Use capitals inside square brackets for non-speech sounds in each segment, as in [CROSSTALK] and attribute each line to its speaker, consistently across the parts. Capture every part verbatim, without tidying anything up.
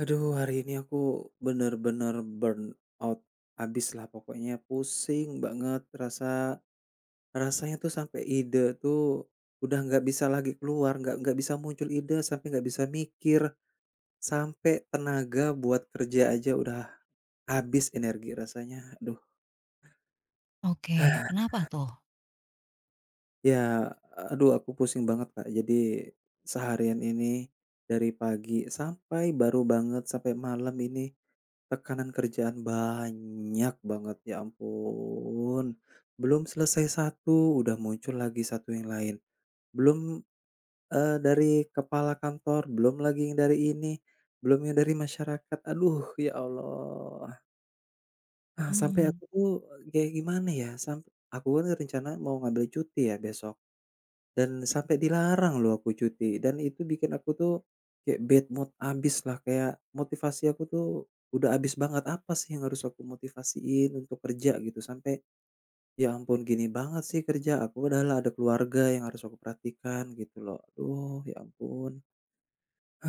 Speaker 1: Aduh, hari ini aku bener-bener burn out abis lah, pokoknya pusing banget. Rasa rasanya tuh sampai ide tuh udah nggak bisa lagi keluar, nggak nggak bisa muncul ide, sampai nggak bisa mikir, sampai tenaga buat kerja aja udah habis energi rasanya. Aduh.
Speaker 2: Oke,
Speaker 1: [SIGHS]
Speaker 2: kenapa tuh?
Speaker 1: Ya, aduh, aku pusing banget, Kak. Jadi seharian ini dari pagi sampai baru banget sampai malam ini. Tekanan kerjaan banyak banget, ya ampun. Belum selesai satu, udah muncul lagi satu yang lain. Belum, eee, dari kepala kantor, belum lagi yang dari ini, belum yang dari masyarakat. Aduh, ya Allah. Ah, sampai
Speaker 2: Mhm.
Speaker 1: aku tuh kayak gimana ya, sampai aku kan rencana mau ngambil cuti ya besok. Dan sampai dilarang loh aku cuti, dan itu bikin aku tuh kayak bad mood abis lah, kayak motivasi aku tuh udah abis banget. Apa sih yang harus aku motivasiin untuk kerja gitu, sampai ya ampun gini banget sih kerja, aku padahal ada keluarga yang harus aku perhatikan gitu loh. Aduh, ya ampun.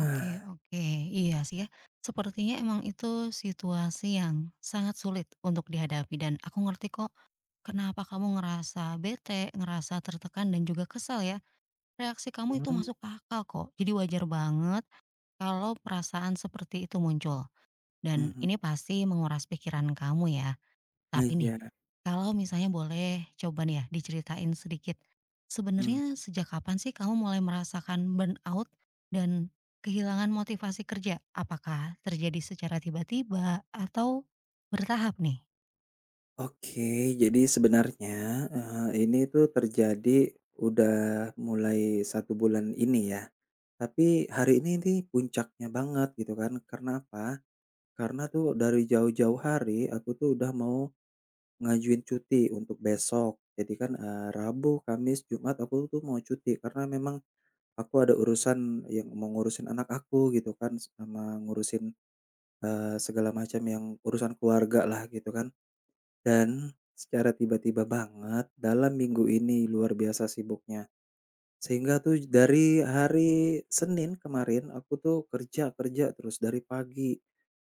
Speaker 2: Oke, oke, iya sih ya, sepertinya emang itu situasi yang sangat sulit untuk dihadapi dan aku ngerti kok kenapa kamu ngerasa bete, ngerasa tertekan dan juga kesal ya. Reaksi kamu itu
Speaker 1: Mhm,
Speaker 2: masuk akal kok, jadi wajar banget kalau perasaan seperti itu muncul, dan
Speaker 1: mhm.
Speaker 2: ini pasti menguras pikiran kamu ya.
Speaker 1: Nah,
Speaker 2: Tapi nih,
Speaker 1: iya,
Speaker 2: kalau misalnya boleh coba nih ya diceritain sedikit,
Speaker 1: mmm.
Speaker 2: sebenarnya sejak kapan sih kamu mulai merasakan burnout dan kehilangan motivasi kerja? Apakah terjadi secara tiba-tiba atau bertahap nih,
Speaker 1: Oke, jadi sebenarnya, eee, ini tuh terjadi udah mulai satu bulan ini ya, tapi hari ini nih puncaknya banget gitu kan. Karena apa? Karena tuh dari jauh-jauh hari aku tuh udah mau ngajuin cuti untuk besok. Jadi kan, eee, Rabu, Kamis, Jumat aku tuh mau cuti karena memang aku ada urusan yang mau ngurusin anak aku gitu kan, sama ngurusin, eee, segala macam yang urusan keluarga lah gitu kan. Dan secara tiba-tiba banget dalam minggu ini luar biasa sibuknya. Sehingga tuh dari hari Senin kemarin aku tuh kerja kerja terus dari pagi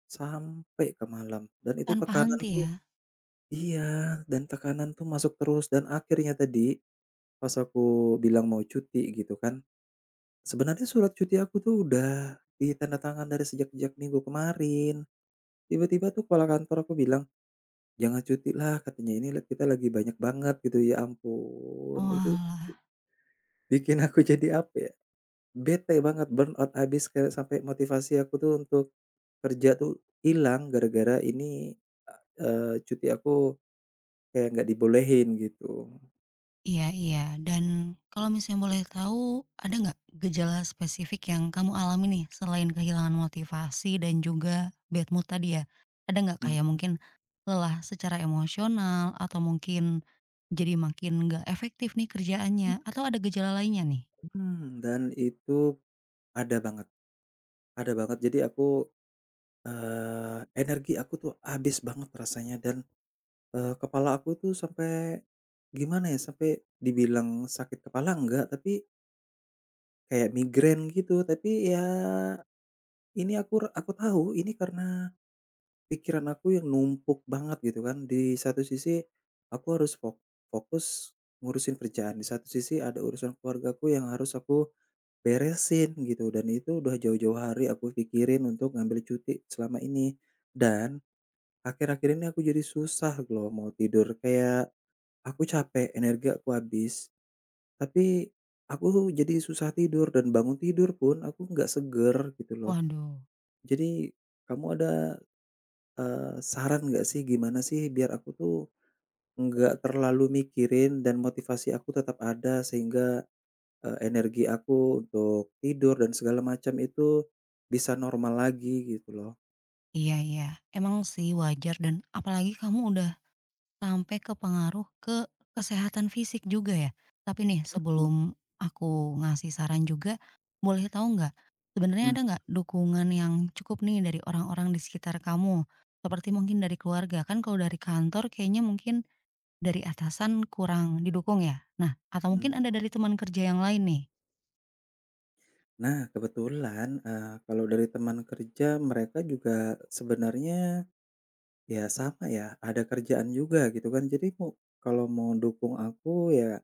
Speaker 1: sampai ke malam dan itu
Speaker 2: tanpa
Speaker 1: tekanan
Speaker 2: henti
Speaker 1: tuh.
Speaker 2: ya?
Speaker 1: Iya, dan tekanan tuh masuk terus dan akhirnya tadi pas aku bilang mau cuti gitu kan, sebenarnya surat cuti aku tuh udah ditanda tangan dari sejak-sejak minggu kemarin. Tiba-tiba tuh kepala kantor aku bilang, "Jangan cuti lah," katanya, "ini lihat kita lagi banyak banget," gitu. Ya ampun, itu
Speaker 2: Oalah.
Speaker 1: bikin aku [LAUGHS] jadi apa ya, bete banget, burnout abis kayak sampai motivasi aku tuh untuk kerja tuh hilang gara-gara ini, eee, cuti aku kayak nggak dibolehin gitu.
Speaker 2: Iya, iya, dan kalau misalnya boleh tahu, ada nggak gejala spesifik yang kamu alami nih, selain kehilangan motivasi dan juga bad mood tadi ya? Ada nggak
Speaker 1: Mhm,
Speaker 2: kayak mungkin lelah secara emosional, atau mungkin jadi makin nggak efektif nih kerjaannya, atau ada gejala lainnya nih?
Speaker 1: mhm. Dan itu ada banget, ada banget. Jadi aku, eee, energi aku tuh habis banget rasanya dan, eee, kepala aku tuh sampai gimana ya, sampai dibilang sakit kepala enggak, tapi kayak migrain gitu, tapi ya ini aku aku tahu ini karena pikiran aku yang numpuk banget gitu kan. Di satu sisi aku harus fok fokus ngurusin kerjaan, di satu sisi ada urusan keluargaku yang harus aku beresin gitu dan itu udah jauh-jauh hari aku pikirin untuk ngambil cuti selama ini. Dan akhir-akhir ini aku jadi susah loh mau tidur, kayak aku capek, energi aku habis. Tapi, aku jadi susah tidur dan bangun tidur pun aku nggak seger gitu loh.
Speaker 2: Waduh,
Speaker 1: Jadi, kamu ada, eee, saran nggak sih gimana sih biar aku tuh nggak terlalu mikirin dan motivasi aku tetap ada sehingga, eee, energi aku untuk tidur dan segala macam itu bisa normal lagi gitu loh.
Speaker 2: iya, iya, emang sih wajar dan apalagi kamu udah sampai ke pengaruh ke kesehatan fisik juga ya? Tapi nih sebelum
Speaker 1: Mmm.
Speaker 2: aku ngasih saran juga, boleh tahu nggak, sebenarnya ada nggak dukungan yang cukup nih dari orang-orang di sekitar kamu? Seperti mungkin dari keluarga, kan kalau dari kantor kayaknya mungkin dari atasan kurang didukung ya? Nah, atau mungkin
Speaker 1: Mhm.
Speaker 2: ada dari teman kerja yang lain nih?
Speaker 1: Nah kebetulan, eee, kalau dari teman kerja mereka juga sebenarnya ya sama ya, ada kerjaan juga gitu kan. Jadi mau kalau mau dukung aku ya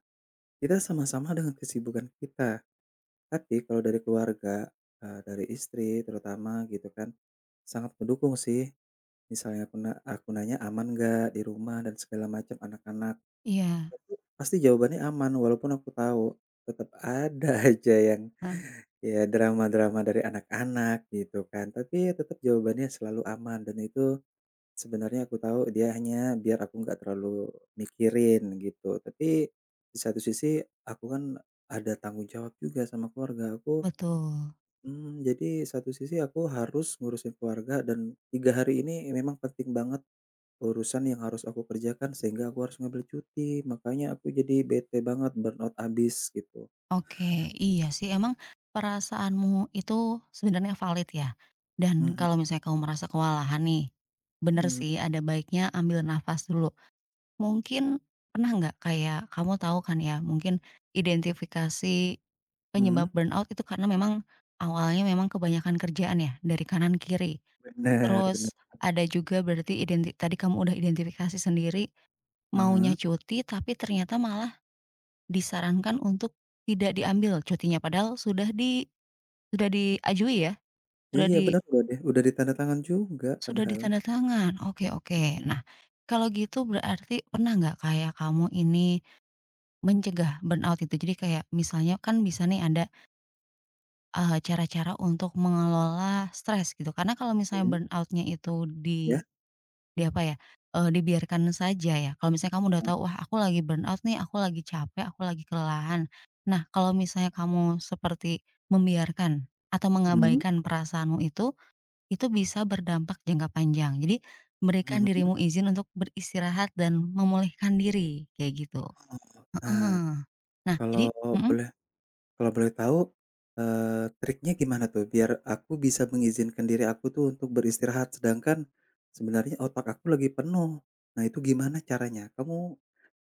Speaker 1: kita sama-sama dengan kesibukan kita. Tapi kalau dari keluarga, eee, dari istri terutama gitu kan, sangat mendukung sih. Misalnya aku na aku nanya aman nggak di rumah dan segala macam anak-anak,
Speaker 2: Iya,
Speaker 1: pasti jawabannya aman walaupun aku tahu tetap ada [LAUGHS] aja yang
Speaker 2: heeh,
Speaker 1: ya drama-drama dari anak-anak gitu kan. Tapi tetap jawabannya selalu aman dan itu sebenarnya aku tahu dia hanya biar aku nggak terlalu mikirin gitu, tapi di satu sisi aku kan ada tanggung jawab juga sama keluarga aku,
Speaker 2: betul.
Speaker 1: mmm, jadi satu sisi aku harus ngurusin keluarga dan tiga hari ini memang penting banget urusan yang harus aku kerjakan sehingga aku harus ngambil cuti, makanya aku jadi bete banget, burnout abis gitu.
Speaker 2: Oke, iya sih emang perasaanmu itu sebenarnya valid ya. Dan
Speaker 1: Mhm,
Speaker 2: kalau misalnya kamu merasa kewalahan nih, bener sih ada baiknya ambil nafas dulu. Mungkin pernah nggak kayak kamu tahu kan ya, mungkin identifikasi
Speaker 1: mhm.
Speaker 2: penyebab burnout itu karena memang awalnya memang kebanyakan kerjaan ya dari kanan kiri.
Speaker 1: Bener,
Speaker 2: Terus
Speaker 1: bener.
Speaker 2: ada juga berarti identi tadi kamu udah identifikasi sendiri
Speaker 1: Heeh.
Speaker 2: maunya cuti tapi ternyata malah disarankan untuk tidak diambil cutinya, padahal sudah di sudah diajui ya? Sudah
Speaker 1: Iya,
Speaker 2: di
Speaker 1: benar loh deh, udah ditanda tangan juga
Speaker 2: sudah
Speaker 1: padahal.
Speaker 2: ditanda tangan? Oke, oke.
Speaker 1: Mhm,
Speaker 2: Nah, kalau gitu berarti pernah nggak kayak kamu ini mencegah burnout itu? Jadi kayak misalnya kan bisa nih ada, eee, cara-cara untuk mengelola stres gitu, karena kalau misalnya
Speaker 1: mhm,
Speaker 2: burnoutnya itu
Speaker 1: ya?
Speaker 2: di Di apa ya, eee, dibiarkan saja ya. Kalau misalnya kamu udah tahu, "Wah, aku lagi burnout nih, aku lagi capek, aku lagi kelelahan." Nah, kalau misalnya kamu seperti membiarkan atau
Speaker 1: Mhm.
Speaker 2: mengabaikan perasaanmu itu, itu bisa berdampak jangka panjang. Jadi, berikan
Speaker 1: Mhm,
Speaker 2: dirimu izin untuk beristirahat dan memulihkan diri, kayak gitu.
Speaker 1: nah,
Speaker 2: Heeh. Nah,
Speaker 1: kalau
Speaker 2: jadi mhm?
Speaker 1: boleh kalau boleh tahu, eee, triknya gimana tuh biar aku bisa mengizinkan diri aku tuh untuk beristirahat sedangkan sebenarnya otak aku lagi penuh. Nah itu gimana caranya? Kamu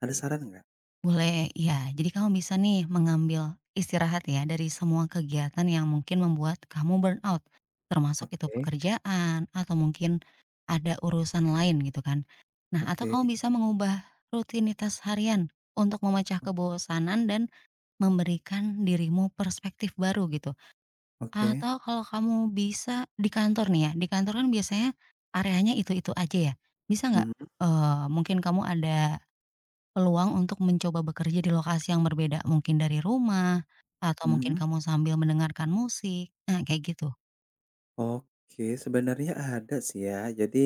Speaker 1: ada saran nggak?
Speaker 2: Boleh, ya. Jadi kamu bisa nih mengambil istirahat ya dari semua kegiatan yang mungkin membuat kamu burnout. Termasuk itu
Speaker 1: Oke,
Speaker 2: pekerjaan atau mungkin ada urusan lain gitu kan. Nah, atau
Speaker 1: oke.
Speaker 2: kamu bisa mengubah rutinitas harian untuk memecah
Speaker 1: Oh,
Speaker 2: kebosanan dan memberikan dirimu perspektif baru gitu.
Speaker 1: oke.
Speaker 2: Atau kalau kamu bisa di kantor nih ya, di kantor kan biasanya areanya itu-itu aja ya. Bisa nggak,
Speaker 1: Mhm,
Speaker 2: eee, mungkin kamu ada peluang untuk mencoba bekerja di lokasi yang berbeda, mungkin dari rumah, atau mungkin
Speaker 1: mhm.
Speaker 2: kamu sambil mendengarkan musik, nah kayak gitu?
Speaker 1: Oke, sebenarnya ada sih ya. Jadi,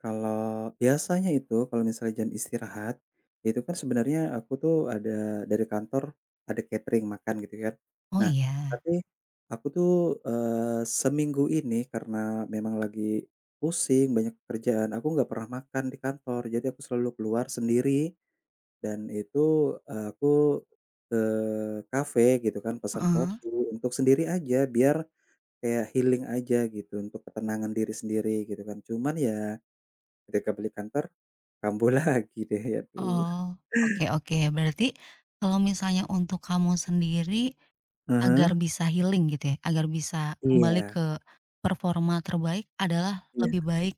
Speaker 1: kalau biasanya itu kalau misalnya jam istirahat, itu kan sebenarnya aku tuh ada dari kantor ada catering makan gitu kan.
Speaker 2: Oh
Speaker 1: Nah,
Speaker 2: iya?
Speaker 1: tapi aku tuh, eee, seminggu ini karena memang lagi pusing, banyak kerjaan, aku nggak pernah makan di kantor. Jadi aku selalu keluar sendiri dan itu, eee, aku ke kafe gitu kan, pesan
Speaker 2: Heeh.
Speaker 1: kopi untuk sendiri aja biar kayak healing aja gitu untuk ketenangan diri sendiri gitu kan. Cuman ya ketika balik kantor kambuh [LAUGHS] lagi deh ya tuh.
Speaker 2: Oh, oke, oke. Berarti kalau misalnya untuk kamu sendiri agar
Speaker 1: Ah.
Speaker 2: bisa healing gitu ya, agar bisa kembali
Speaker 1: Iya,
Speaker 2: ke performa terbaik adalah
Speaker 1: iya.
Speaker 2: lebih baik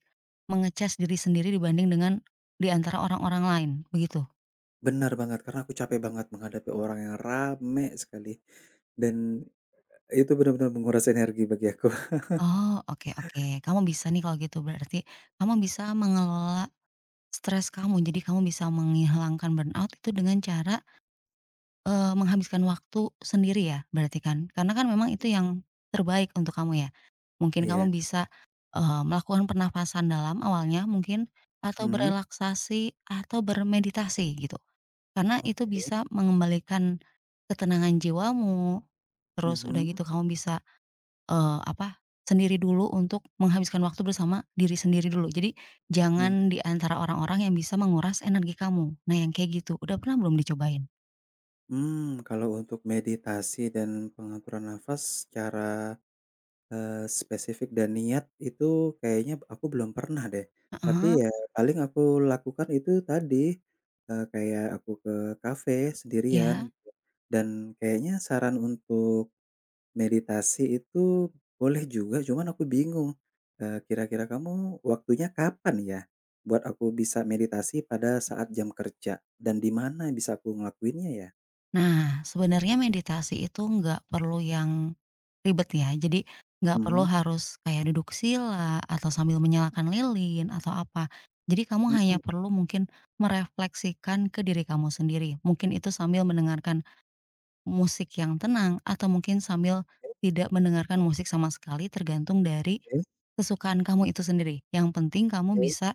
Speaker 2: menge-charge diri sendiri dibanding dengan di antara orang-orang lain, begitu?
Speaker 1: Bener banget karena aku capek banget menghadapi orang yang rame sekali dan itu benar-benar menguras energi bagi aku. [LAUGHS]
Speaker 2: Oh, oke, oke. Kamu bisa nih kalau gitu berarti, kamu bisa mengelola stres kamu, jadi kamu bisa menghilangkan burnout itu dengan cara, eee, menghabiskan waktu sendiri ya berarti kan? Karena kan memang itu yang terbaik untuk kamu ya. Mungkin
Speaker 1: Iya.
Speaker 2: kamu bisa, eee, melakukan pernafasan dalam awalnya mungkin, atau
Speaker 1: Mhm,
Speaker 2: berelaksasi atau bermeditasi gitu. Karena itu
Speaker 1: oke.
Speaker 2: bisa mengembalikan ketenangan jiwamu, terus udah
Speaker 1: Mhm,
Speaker 2: gitu kamu bisa eee, apa, sendiri dulu untuk menghabiskan waktu bersama diri sendiri dulu. Jadi
Speaker 1: mhm.
Speaker 2: jangan di antara orang-orang yang bisa menguras energi kamu. Nah yang kayak gitu, udah pernah belum dicobain?
Speaker 1: Mmm, kalau untuk meditasi dan pengaturan nafas secara Eee, spesifik dan niat itu kayaknya aku belum pernah deh,
Speaker 2: Heeh,
Speaker 1: tapi ya paling aku lakukan itu tadi, eee, kayak aku ke kafe sendirian
Speaker 2: iya.
Speaker 1: gitu, dan kayaknya saran untuk meditasi itu boleh juga cuman aku bingung, eee, kira-kira kamu waktunya kapan ya? Buat aku bisa meditasi pada saat jam kerja dan di mana bisa aku ngelakuinnya ya?
Speaker 2: Nah sebenarnya meditasi itu nggak perlu yang ribet ya, jadi nggak perlu
Speaker 1: Hmm.
Speaker 2: harus kayak duduk sila atau sambil menyalakan lilin atau apa. Jadi kamu hanya
Speaker 1: Mhm,
Speaker 2: perlu mungkin merefleksikan ke diri kamu sendiri, mungkin itu sambil mendengarkan musik yang tenang atau mungkin sambil
Speaker 1: oke,
Speaker 2: tidak mendengarkan musik sama sekali tergantung dari
Speaker 1: oke,
Speaker 2: kesukaan kamu itu sendiri. Yang penting kamu
Speaker 1: oke.
Speaker 2: bisa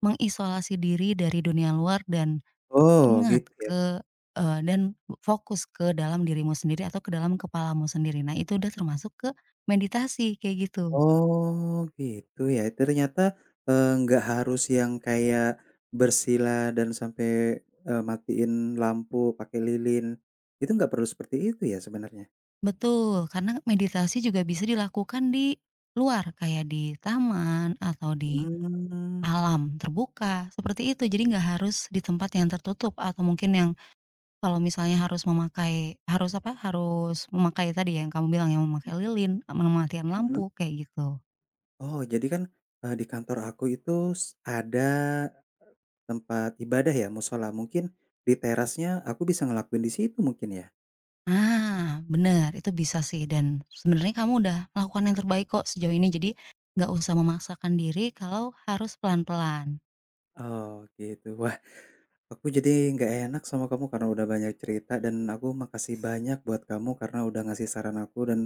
Speaker 2: mengisolasi diri dari dunia luar dan
Speaker 1: Oh,
Speaker 2: ingat
Speaker 1: gitu ya.
Speaker 2: ke eee, dan fokus ke dalam dirimu sendiri atau ke dalam kepalamu sendiri. Nah itu udah termasuk ke meditasi kayak gitu.
Speaker 1: Oh, gitu ya. Ternyata, eee, nggak harus yang kayak bersila dan sampai, eee, matiin lampu pakai lilin. Itu nggak perlu seperti itu ya sebenarnya?
Speaker 2: Betul, karena meditasi juga bisa dilakukan di luar kayak di taman atau di
Speaker 1: Mmm,
Speaker 2: alam terbuka seperti itu. Jadi nggak harus di tempat yang tertutup atau mungkin yang kalau misalnya harus memakai harus apa, harus memakai tadi ya yang kamu bilang ya, memakai lilin, eee, mematikan
Speaker 1: mhm.
Speaker 2: lampu, kayak gitu.
Speaker 1: Oh, jadi kan, eee, di kantor aku itu s ada tempat ibadah ya, musola. Mungkin di terasnya aku bisa ngelakuin di situ mungkin ya?
Speaker 2: Ah, bener, itu bisa sih dan sebenarnya kamu udah melakukan yang terbaik kok sejauh ini, jadi nggak usah memaksakan diri kalau harus pelan-pelan.
Speaker 1: Oh, gitu. Aku jadi nggak enak sama kamu karena udah banyak cerita dan aku makasih banyak buat kamu karena udah ngasih saran aku dan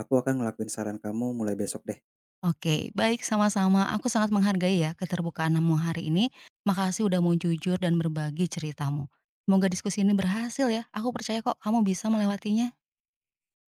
Speaker 1: aku akan ngelakuin saran kamu mulai besok deh.
Speaker 2: Oke, baik, sama-sama, aku sangat menghargai ya keterbukaanmu hari ini, makasih udah mau jujur dan berbagi ceritamu. Semoga diskusi ini berhasil ya, aku percaya kok kamu bisa melewatinya.